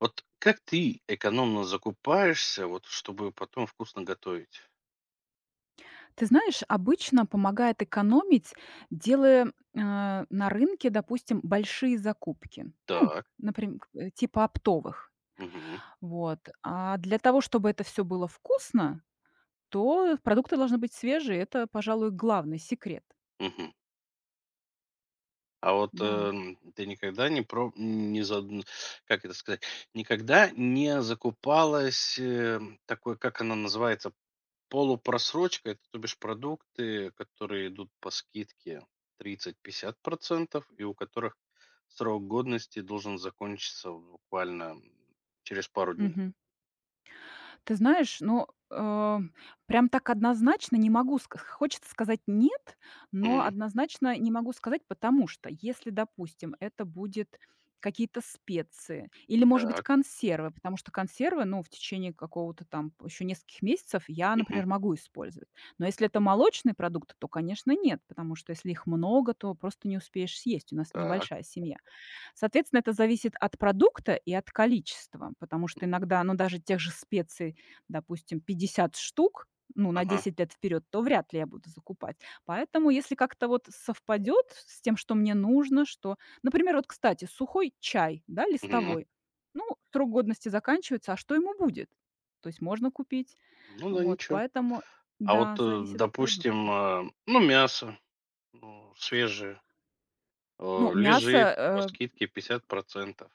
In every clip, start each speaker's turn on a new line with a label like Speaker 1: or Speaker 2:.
Speaker 1: Вот как ты экономно закупаешься, вот чтобы потом вкусно готовить?
Speaker 2: Ты знаешь, обычно помогает экономить, делая, на рынке, допустим, большие закупки. Ну,
Speaker 1: Так.
Speaker 2: например, типа оптовых.
Speaker 1: Мгм.
Speaker 2: Вот. А для того, чтобы это все было вкусно, то продукты должны быть свежие. Это, пожалуй, главный секрет.
Speaker 1: Мгм. А вот,
Speaker 2: Да.
Speaker 1: ты никогда не про не задн как это сказать, никогда не закупалась, такой, как она называется, полупросрочка. Это, то бишь, продукты, которые идут по скидке 30-50 и у которых срок годности должен закончиться буквально, через пару дней.
Speaker 2: Мгм. Ты знаешь, прям так однозначно не могу ска хочется сказать "нет", но
Speaker 1: Мгм.
Speaker 2: однозначно не могу сказать, потому что если, допустим, это будет какие-то специи или, может быть,
Speaker 1: Так.
Speaker 2: консервы, потому что консервы, ну, в течение какого-то там еще нескольких месяцев я,
Speaker 1: Мгм.
Speaker 2: например, могу использовать. Но если это молочные продукты, то, конечно, нет, потому что если их много, то просто не успеешь съесть. У нас
Speaker 1: Так.
Speaker 2: небольшая семья. Соответственно, это зависит от продукта и от количества, потому что иногда, ну, даже тех же специй, допустим, 50 штук, ну, на
Speaker 1: Ага.
Speaker 2: 10 лет вперед, то вряд ли я буду закупать. Поэтому, если как-то вот совпадет с тем, что мне нужно, что, например, вот, кстати, сухой чай, да,
Speaker 1: Мгм.
Speaker 2: листовой, ну, срок годности заканчивается, а что ему будет? То есть можно купить.
Speaker 1: Ну да,
Speaker 2: Вот,
Speaker 1: ничего.
Speaker 2: поэтому,
Speaker 1: А вот,
Speaker 2: да, зависит от продукта.
Speaker 1: допустим, ну, мясо, ну, свежее, э,
Speaker 2: Ну, мясо,
Speaker 1: лежит по скидке 50%.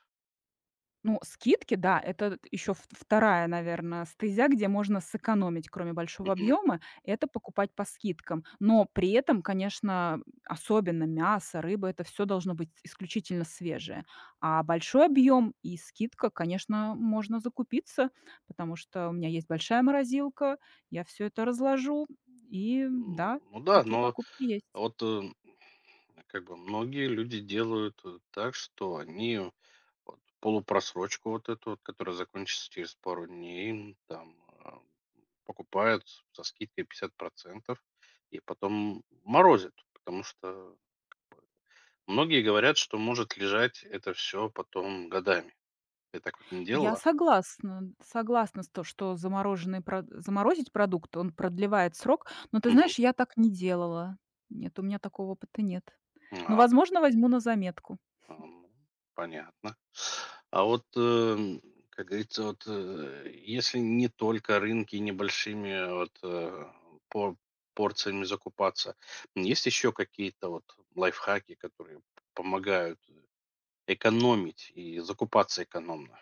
Speaker 2: ну, скидки, да, это еще вторая, наверное, стезя, где можно сэкономить, кроме большого
Speaker 1: Мгм.
Speaker 2: объема, это покупать по скидкам. Но при этом, конечно, особенно мясо, рыба, это все должно быть исключительно свежее. А большой объем и скидка, конечно, можно закупиться, потому что у меня есть большая морозилка, я все это разложу, и
Speaker 1: Ну
Speaker 2: да,
Speaker 1: ну да,
Speaker 2: такие
Speaker 1: но
Speaker 2: покупки есть.
Speaker 1: вот, как бы многие люди делают, так, что они вот полупросрочку вот эту вот, которая закончится через пару дней, там, а, покупают с со скидкой пятьдесят процентов и потом морозят, потому что многие говорят, что может лежать это все потом годами. Ты так вот не
Speaker 2: Я
Speaker 1: делала?
Speaker 2: согласна, согласна с то, что замороженный про заморозить продукт, он продлевает срок. Но ты
Speaker 1: Мгм.
Speaker 2: знаешь, я так не делала. Нет, у меня такого опыта нет. Но,
Speaker 1: А,
Speaker 2: возможно, возьму на заметку.
Speaker 1: а, ну, понятно. А вот, как говорится, вот, если не только рынки небольшими вот, по порциями закупаться, есть еще какие-то вот лайфхаки, которые помогают экономить и закупаться экономно?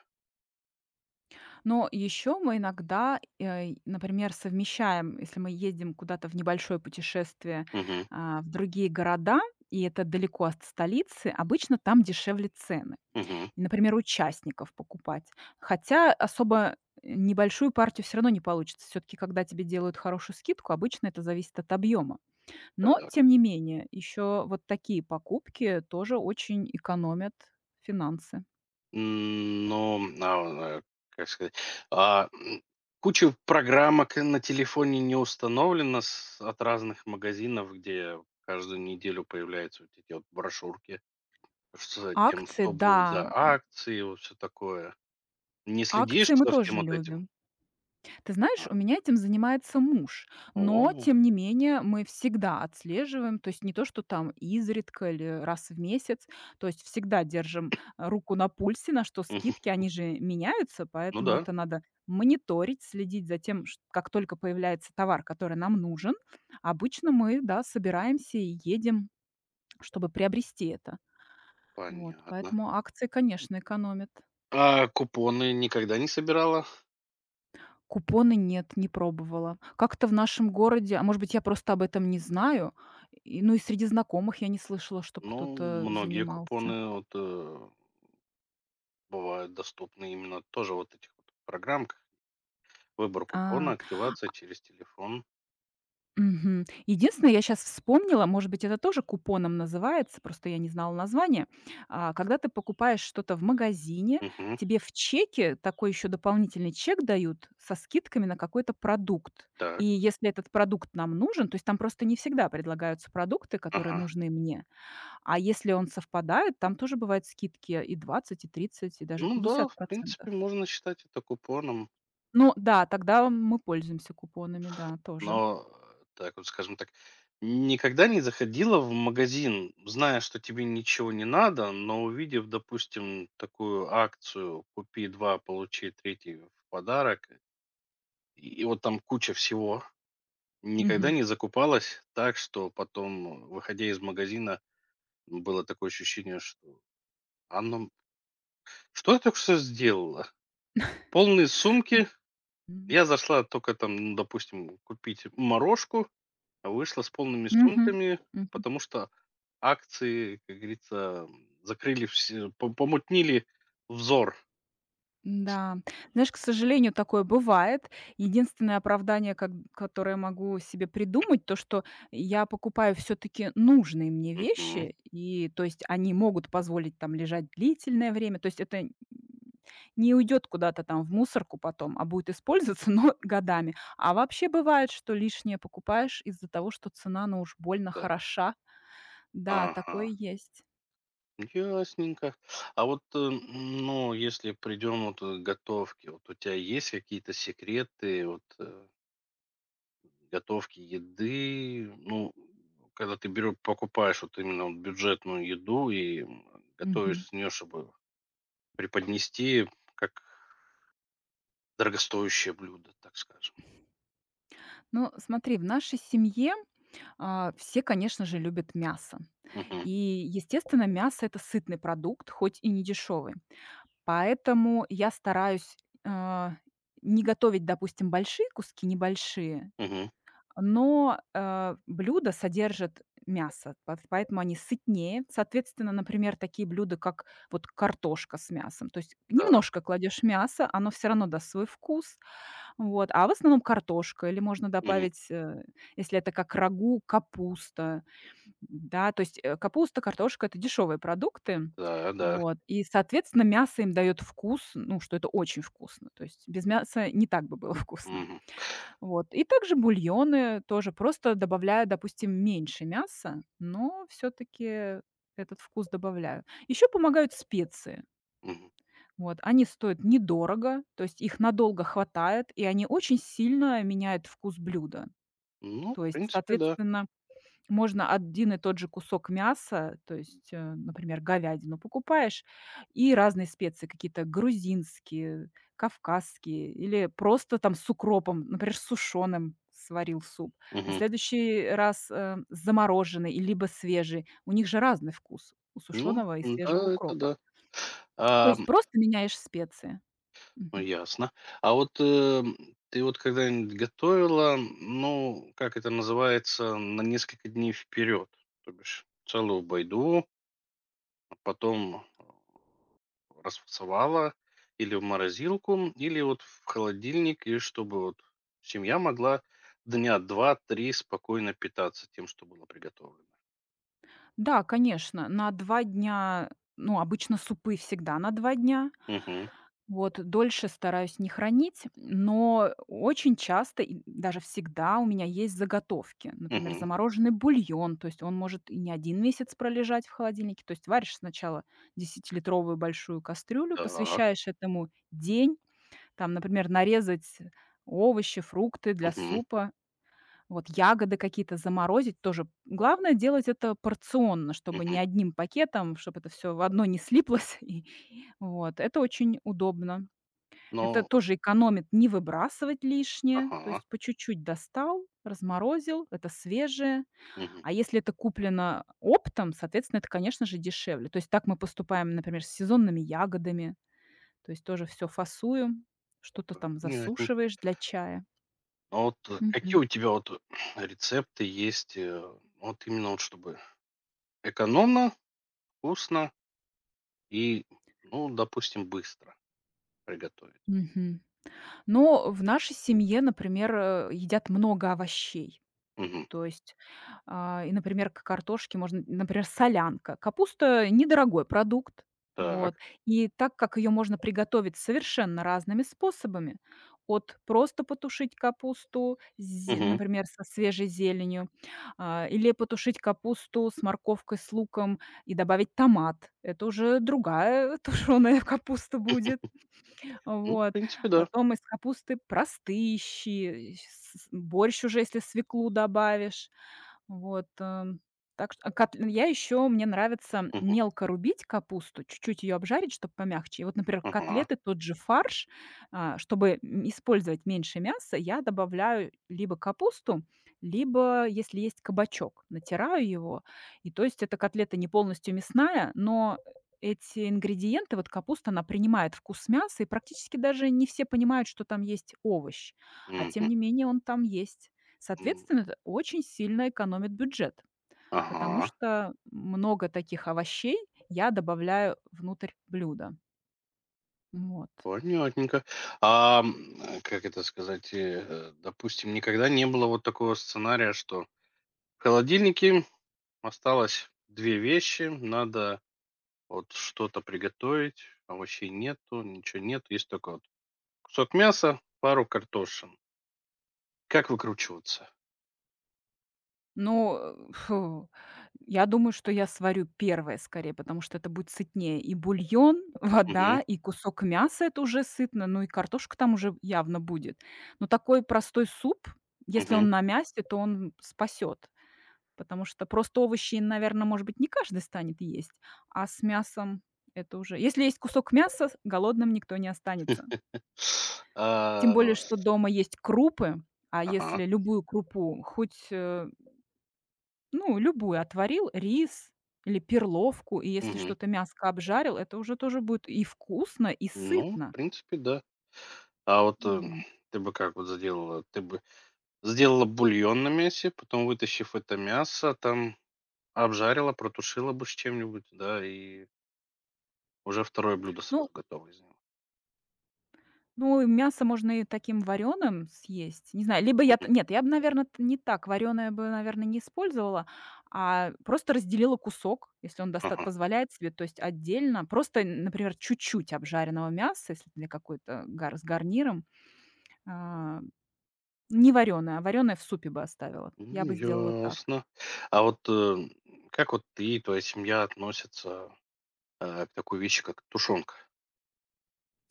Speaker 2: Но еще мы иногда, например, совмещаем, если мы ездим куда-то в небольшое путешествие,
Speaker 1: Мгм,
Speaker 2: в другие города, и это далеко от столицы, обычно там дешевле цены.
Speaker 1: мгм.
Speaker 2: Например, участников покупать. Хотя особо небольшую партию все равно не получится. Все таки когда тебе делают хорошую скидку, обычно это зависит от объема. Но,
Speaker 1: Так.
Speaker 2: тем не менее, еще вот такие покупки тоже очень экономят финансы.
Speaker 1: Ну, а, как сказать, а, куча программок на телефоне не установлена с от разных магазинов, где каждую неделю появляются вот эти вот брошюрки с тем,
Speaker 2: Акции,
Speaker 1: что будет
Speaker 2: да.
Speaker 1: за акции, вот все такое. Не следишь
Speaker 2: Акции мы
Speaker 1: за всем
Speaker 2: тоже
Speaker 1: вот этим?
Speaker 2: любим. Ты знаешь,
Speaker 1: Ага.
Speaker 2: у меня этим занимается муж, но
Speaker 1: О,
Speaker 2: тем не менее мы всегда отслеживаем, то есть не то, что там изредка или раз в месяц, то есть всегда держим руку на пульсе, на что скидки,
Speaker 1: мгм.
Speaker 2: они же меняются,
Speaker 1: Ну
Speaker 2: поэтому
Speaker 1: да,
Speaker 2: это надо мониторить, следить за тем, как только появляется товар, который нам нужен. Обычно мы, да, собираемся и едем, чтобы приобрести это. Вот,
Speaker 1: понятно.
Speaker 2: поэтому акции, конечно, экономят.
Speaker 1: А купоны никогда не собирала?
Speaker 2: Купоны нет, не пробовала. Как-то в нашем городе, а может быть, я просто об этом не знаю, и, ну, и среди знакомых я не слышала, чтобы
Speaker 1: Ну,
Speaker 2: кто-то
Speaker 1: многие
Speaker 2: занимался.
Speaker 1: купоны вот, бывают доступны именно тоже вот этих вот программках. Выбор купона,
Speaker 2: А,
Speaker 1: активация через телефон.
Speaker 2: а, мгм. Единственное, я сейчас вспомнила, может быть, это тоже купоном называется, просто я не знала название. А когда ты покупаешь что-то в магазине,
Speaker 1: Мгм.
Speaker 2: тебе в чеке такой еще дополнительный чек дают со скидками на какой-то продукт. И
Speaker 1: Так.
Speaker 2: если этот продукт нам нужен, то есть там просто не всегда предлагаются продукты, которые
Speaker 1: Ага.
Speaker 2: нужны мне. А если он совпадает, там тоже бывают скидки и 20 и 30 и даже
Speaker 1: Ну да,
Speaker 2: пятьдесят
Speaker 1: в
Speaker 2: процентов.
Speaker 1: принципе, можно считать это купоном.
Speaker 2: Ну да, тогда мы пользуемся купонами, да, тоже.
Speaker 1: Но, так вот, скажем так, никогда не заходила в магазин, зная, что тебе ничего не надо, но увидев, допустим, такую акцию "Купи 2, получи третий в подарок", и вот там куча всего. Никогда
Speaker 2: Мгм.
Speaker 1: не закупалась так, что потом, выходя из магазина, было такое ощущение, что: "А ну, что я только что сделала?" Полные сумки. Я зашла только там, ну, допустим, купить морожку, а вышла с полными
Speaker 2: Мгм.
Speaker 1: сумками,
Speaker 2: Мгм.
Speaker 1: потому что акции, как говорится, закрыли все, помутнили взор.
Speaker 2: Да. Знаешь, к сожалению, такое бывает. Единственное оправдание, как которое могу себе придумать, то, что я покупаю все таки нужные мне
Speaker 1: Мгм.
Speaker 2: вещи, и, то есть, они могут позволить там лежать длительное время. То есть это н не уйдет куда-то там в мусорку потом, а будет использоваться, но годами. А вообще бывает, что лишнее покупаешь из-за того, что цена, ну, уж больно
Speaker 1: Так.
Speaker 2: хороша. Да,
Speaker 1: Ага.
Speaker 2: такое есть.
Speaker 1: Ясненько. А вот, ну, если придем вот к готовке, вот у тебя есть какие-то секреты? Вот, готовки еды, ну, когда ты берё покупаешь вот именно вот бюджетную еду и,
Speaker 2: Мгм.
Speaker 1: готовишь с неё, чтобы преподнести как дорогостоящее блюдо, так скажем.
Speaker 2: Ну, смотри, в нашей семье, а, все, конечно же, любят мясо.
Speaker 1: Мгм,
Speaker 2: И, естественно, мясо — это сытный продукт, хоть и не дешевый. Поэтому я стараюсь, э, не готовить, допустим, большие куски, небольшие,
Speaker 1: мгм.
Speaker 2: но, блюда содержат мясо, пот поэтому они сытнее. Соответственно, например, такие блюда, как вот картошка с мясом. То есть
Speaker 1: Так,
Speaker 2: немножко кладешь мясо, оно все равно даст свой вкус, вот, а в основном картошка или можно
Speaker 1: мгм.
Speaker 2: добавить, если это как рагу, капуста. Да, то есть, капуста, картошка — это дешевые продукты.
Speaker 1: Да, да.
Speaker 2: Вот. И, соответственно, мясо им дает вкус, ну, что это очень вкусно. То есть без мяса не так бы было вкусно.
Speaker 1: Мгм,
Speaker 2: Вот. И также бульоны тоже, просто добавляю, допустим, меньше мяса, но все таки этот вкус добавляю. Еще помогают специи.
Speaker 1: мгм.
Speaker 2: Вот. Они стоят недорого, то есть их надолго хватает, и они очень сильно меняют вкус блюда.
Speaker 1: Ну,
Speaker 2: То
Speaker 1: в
Speaker 2: есть,
Speaker 1: принципе, да.
Speaker 2: соответственно можно один и тот же кусок мяса, то есть, например, говядину покупаешь, и разные специи какие-то грузинские, кавказские или просто там с укропом, например, с сушеным сварил суп. На
Speaker 1: Мгм.
Speaker 2: следующий раз, замороженный и либо свежий. У них же разный вкус у
Speaker 1: Ну,
Speaker 2: сушеного и свежего
Speaker 1: да, это
Speaker 2: укропа.
Speaker 1: да.
Speaker 2: То
Speaker 1: А
Speaker 2: есть просто меняешь специи.
Speaker 1: Ну,
Speaker 2: Мгм.
Speaker 1: ясно. А вот, ты вот когда-нибудь готовила, ну, как это называется, на несколько дней вперед? То бишь целую байду, а потом расфасовала или в морозилку, или вот в холодильник, и чтобы вот семья могла дня два-три спокойно питаться тем, что было приготовлено.
Speaker 2: Да, конечно, на 2 дня, ну, обычно супы всегда на 2 дня.
Speaker 1: Угу,
Speaker 2: Вот дольше стараюсь не хранить, но очень часто и даже всегда у меня есть заготовки. Например,
Speaker 1: угу.
Speaker 2: замороженный бульон, то есть он может и не один месяц пролежать в холодильнике. То есть варишь сначала десятилитровую большую кастрюлю,
Speaker 1: Так.
Speaker 2: посвящаешь этому день. Там, например, нарезать овощи, фрукты для
Speaker 1: Угу,
Speaker 2: супа, вот ягоды какие-то заморозить тоже. Главное делать это порционно, чтобы
Speaker 1: угу.
Speaker 2: не одним пакетом, чтобы это все в одно не слиплось. И вот это очень удобно. Это
Speaker 1: Но
Speaker 2: тоже экономит не выбрасывать лишнее, то
Speaker 1: ага.
Speaker 2: есть по чуть-чуть достал, разморозил, это свежее.
Speaker 1: Угу.
Speaker 2: А если это куплено оптом, соответственно, это, конечно же, дешевле. То есть так мы поступаем, например, с сезонными ягодами, то есть тоже все фасуем, что-то там засушиваешь для чая.
Speaker 1: А вот какие
Speaker 2: Мгм.
Speaker 1: у тебя вот рецепты есть, вот именно вот чтобы экономно, вкусно и, ну, допустим, быстро приготовить?
Speaker 2: Мгм. Но в нашей семье, например, едят много овощей.
Speaker 1: Мгм.
Speaker 2: То есть, а, и, например, к картошке можно, например, солянка. Капуста — недорогой продукт,
Speaker 1: Так.
Speaker 2: вот. И так как ее можно приготовить совершенно разными способами: от просто потушить капусту, зе
Speaker 1: Мгм.
Speaker 2: например, со свежей зеленью, или потушить капусту с морковкой, с луком и добавить томат. Это уже другая тушеная капуста будет.
Speaker 1: Ну, в
Speaker 2: Вот.
Speaker 1: принципе, да.
Speaker 2: Потом из капусты простые щи, с борщ уже, если свеклу добавишь. Вот, так что а кат я еще мне нравится
Speaker 1: Мгм.
Speaker 2: мелко рубить капусту, чуть-чуть ее обжарить, чтобы помягче. И вот, например,
Speaker 1: Ага.
Speaker 2: котлеты, тот же фарш, а, чтобы использовать меньше мяса, я добавляю либо капусту, либо, если есть кабачок, натираю его. И то есть эта котлета не полностью мясная, но эти ингредиенты, вот капуста, она принимает вкус мяса, и практически даже не все понимают, что там есть овощ, а тем
Speaker 1: Мгм.
Speaker 2: не менее он там есть.
Speaker 1: М.
Speaker 2: Соответственно, это очень сильно экономит бюджет, потому
Speaker 1: Ага.
Speaker 2: что много таких овощей я добавляю внутрь блюда. Вот.
Speaker 1: Понятненько. А, как это сказать, допустим, никогда не было вот такого сценария, что в холодильнике осталось две вещи, надо вот что-то приготовить, овощей нету, ничего нету, есть только вот кусок мяса, пару картошин. Как выкручиваться?
Speaker 2: Ну, э, фу, я думаю, что я сварю первое скорее, потому что это будет сытнее. И бульон,
Speaker 1: Мгм,
Speaker 2: вода, и кусок мяса — это уже сытно, ну и картошка там уже явно будет. Но такой простой суп, если
Speaker 1: мгм.
Speaker 2: он на мясе, то он спасет. Потому что просто овощи, наверное, может быть, не каждый станет есть, а с мясом это уже… Если есть кусок мяса, с голодным никто не останется.
Speaker 1: А,
Speaker 2: Тем более, что дома есть крупы, а
Speaker 1: ага,
Speaker 2: если любую крупу, хоть, ну, любую отварил, рис или перловку, и если
Speaker 1: мгм.
Speaker 2: что-то мяско обжарил, это уже тоже будет и вкусно, и
Speaker 1: Ну, в
Speaker 2: сытно.
Speaker 1: принципе, да. А вот,
Speaker 2: Мгм.
Speaker 1: ты бы как вот сделала? Ты бы сделала бульон на мясе, потом, вытащив это мясо, там обжарила, протушила бы с чем-нибудь, да, и уже второе блюдо
Speaker 2: Ну,
Speaker 1: сразу готово из него.
Speaker 2: ну, и мясо можно и таким вареным съесть. Не знаю, либо я
Speaker 1: Мгм.
Speaker 2: т нет, я бы, наверное, не так. Вареное бы, наверное, не использовала, а просто разделила кусок, если он доста
Speaker 1: Ага.
Speaker 2: позволяет себе, то есть отдельно. Просто, н например, чуть-чуть обжаренного мяса, если для какой-то гар с гарниром. А, не вареное, а вареное в супе бы оставила. Я бы сделала
Speaker 1: Ну,
Speaker 2: так.
Speaker 1: ясно. А вот, как вот ты и твоя семья относятся, к такой вещи, как тушенка?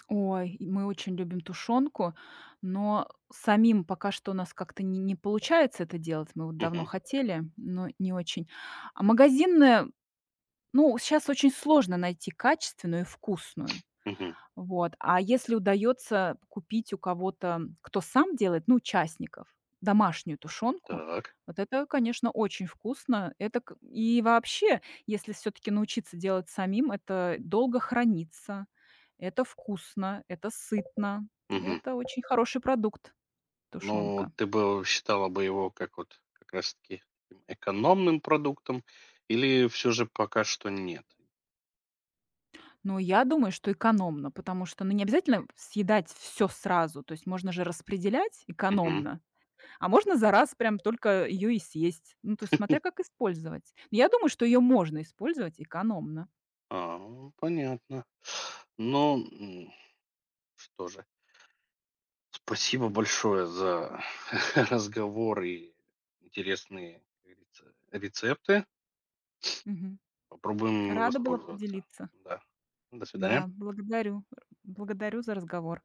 Speaker 2: Ой, и мы очень любим тушенку, но самим пока что у нас как-то не получается это делать. Мы вот давно
Speaker 1: Мгм,
Speaker 2: хотели, но не очень. А магазинная ну, сейчас очень сложно найти качественную и вкусную.
Speaker 1: мгм.
Speaker 2: Вот. А если удается купить у кого-то, кто сам делает, ну, участников, домашнюю тушенку,
Speaker 1: Так.
Speaker 2: вот это, конечно, очень вкусно. Это к и вообще, если все таки научиться делать самим, это долго хранится, это вкусно, это сытно,
Speaker 1: Мгм.
Speaker 2: это очень хороший продукт —
Speaker 1: Ну,
Speaker 2: тушенка.
Speaker 1: ты бы считала бы его как вот как раз таки экономным продуктом или все же пока что нет?
Speaker 2: Но я думаю, что экономно, потому что, ну, не обязательно съедать все сразу, то есть можно же распределять
Speaker 1: Мгм.
Speaker 2: экономно. А можно за раз прям только ее и съесть. Ну, то есть смотря как использовать. Я думаю, что ее можно использовать экономно.
Speaker 1: А, ну, понятно. Ну, что же, спасибо большое за разговор и интересные, как говорится, рецепты.
Speaker 2: Мгм.
Speaker 1: Попробуем
Speaker 2: Рада была
Speaker 1: воспользоваться.
Speaker 2: поделиться.
Speaker 1: Да. До свидания.
Speaker 2: Да, благодарю. Благодарю за разговор.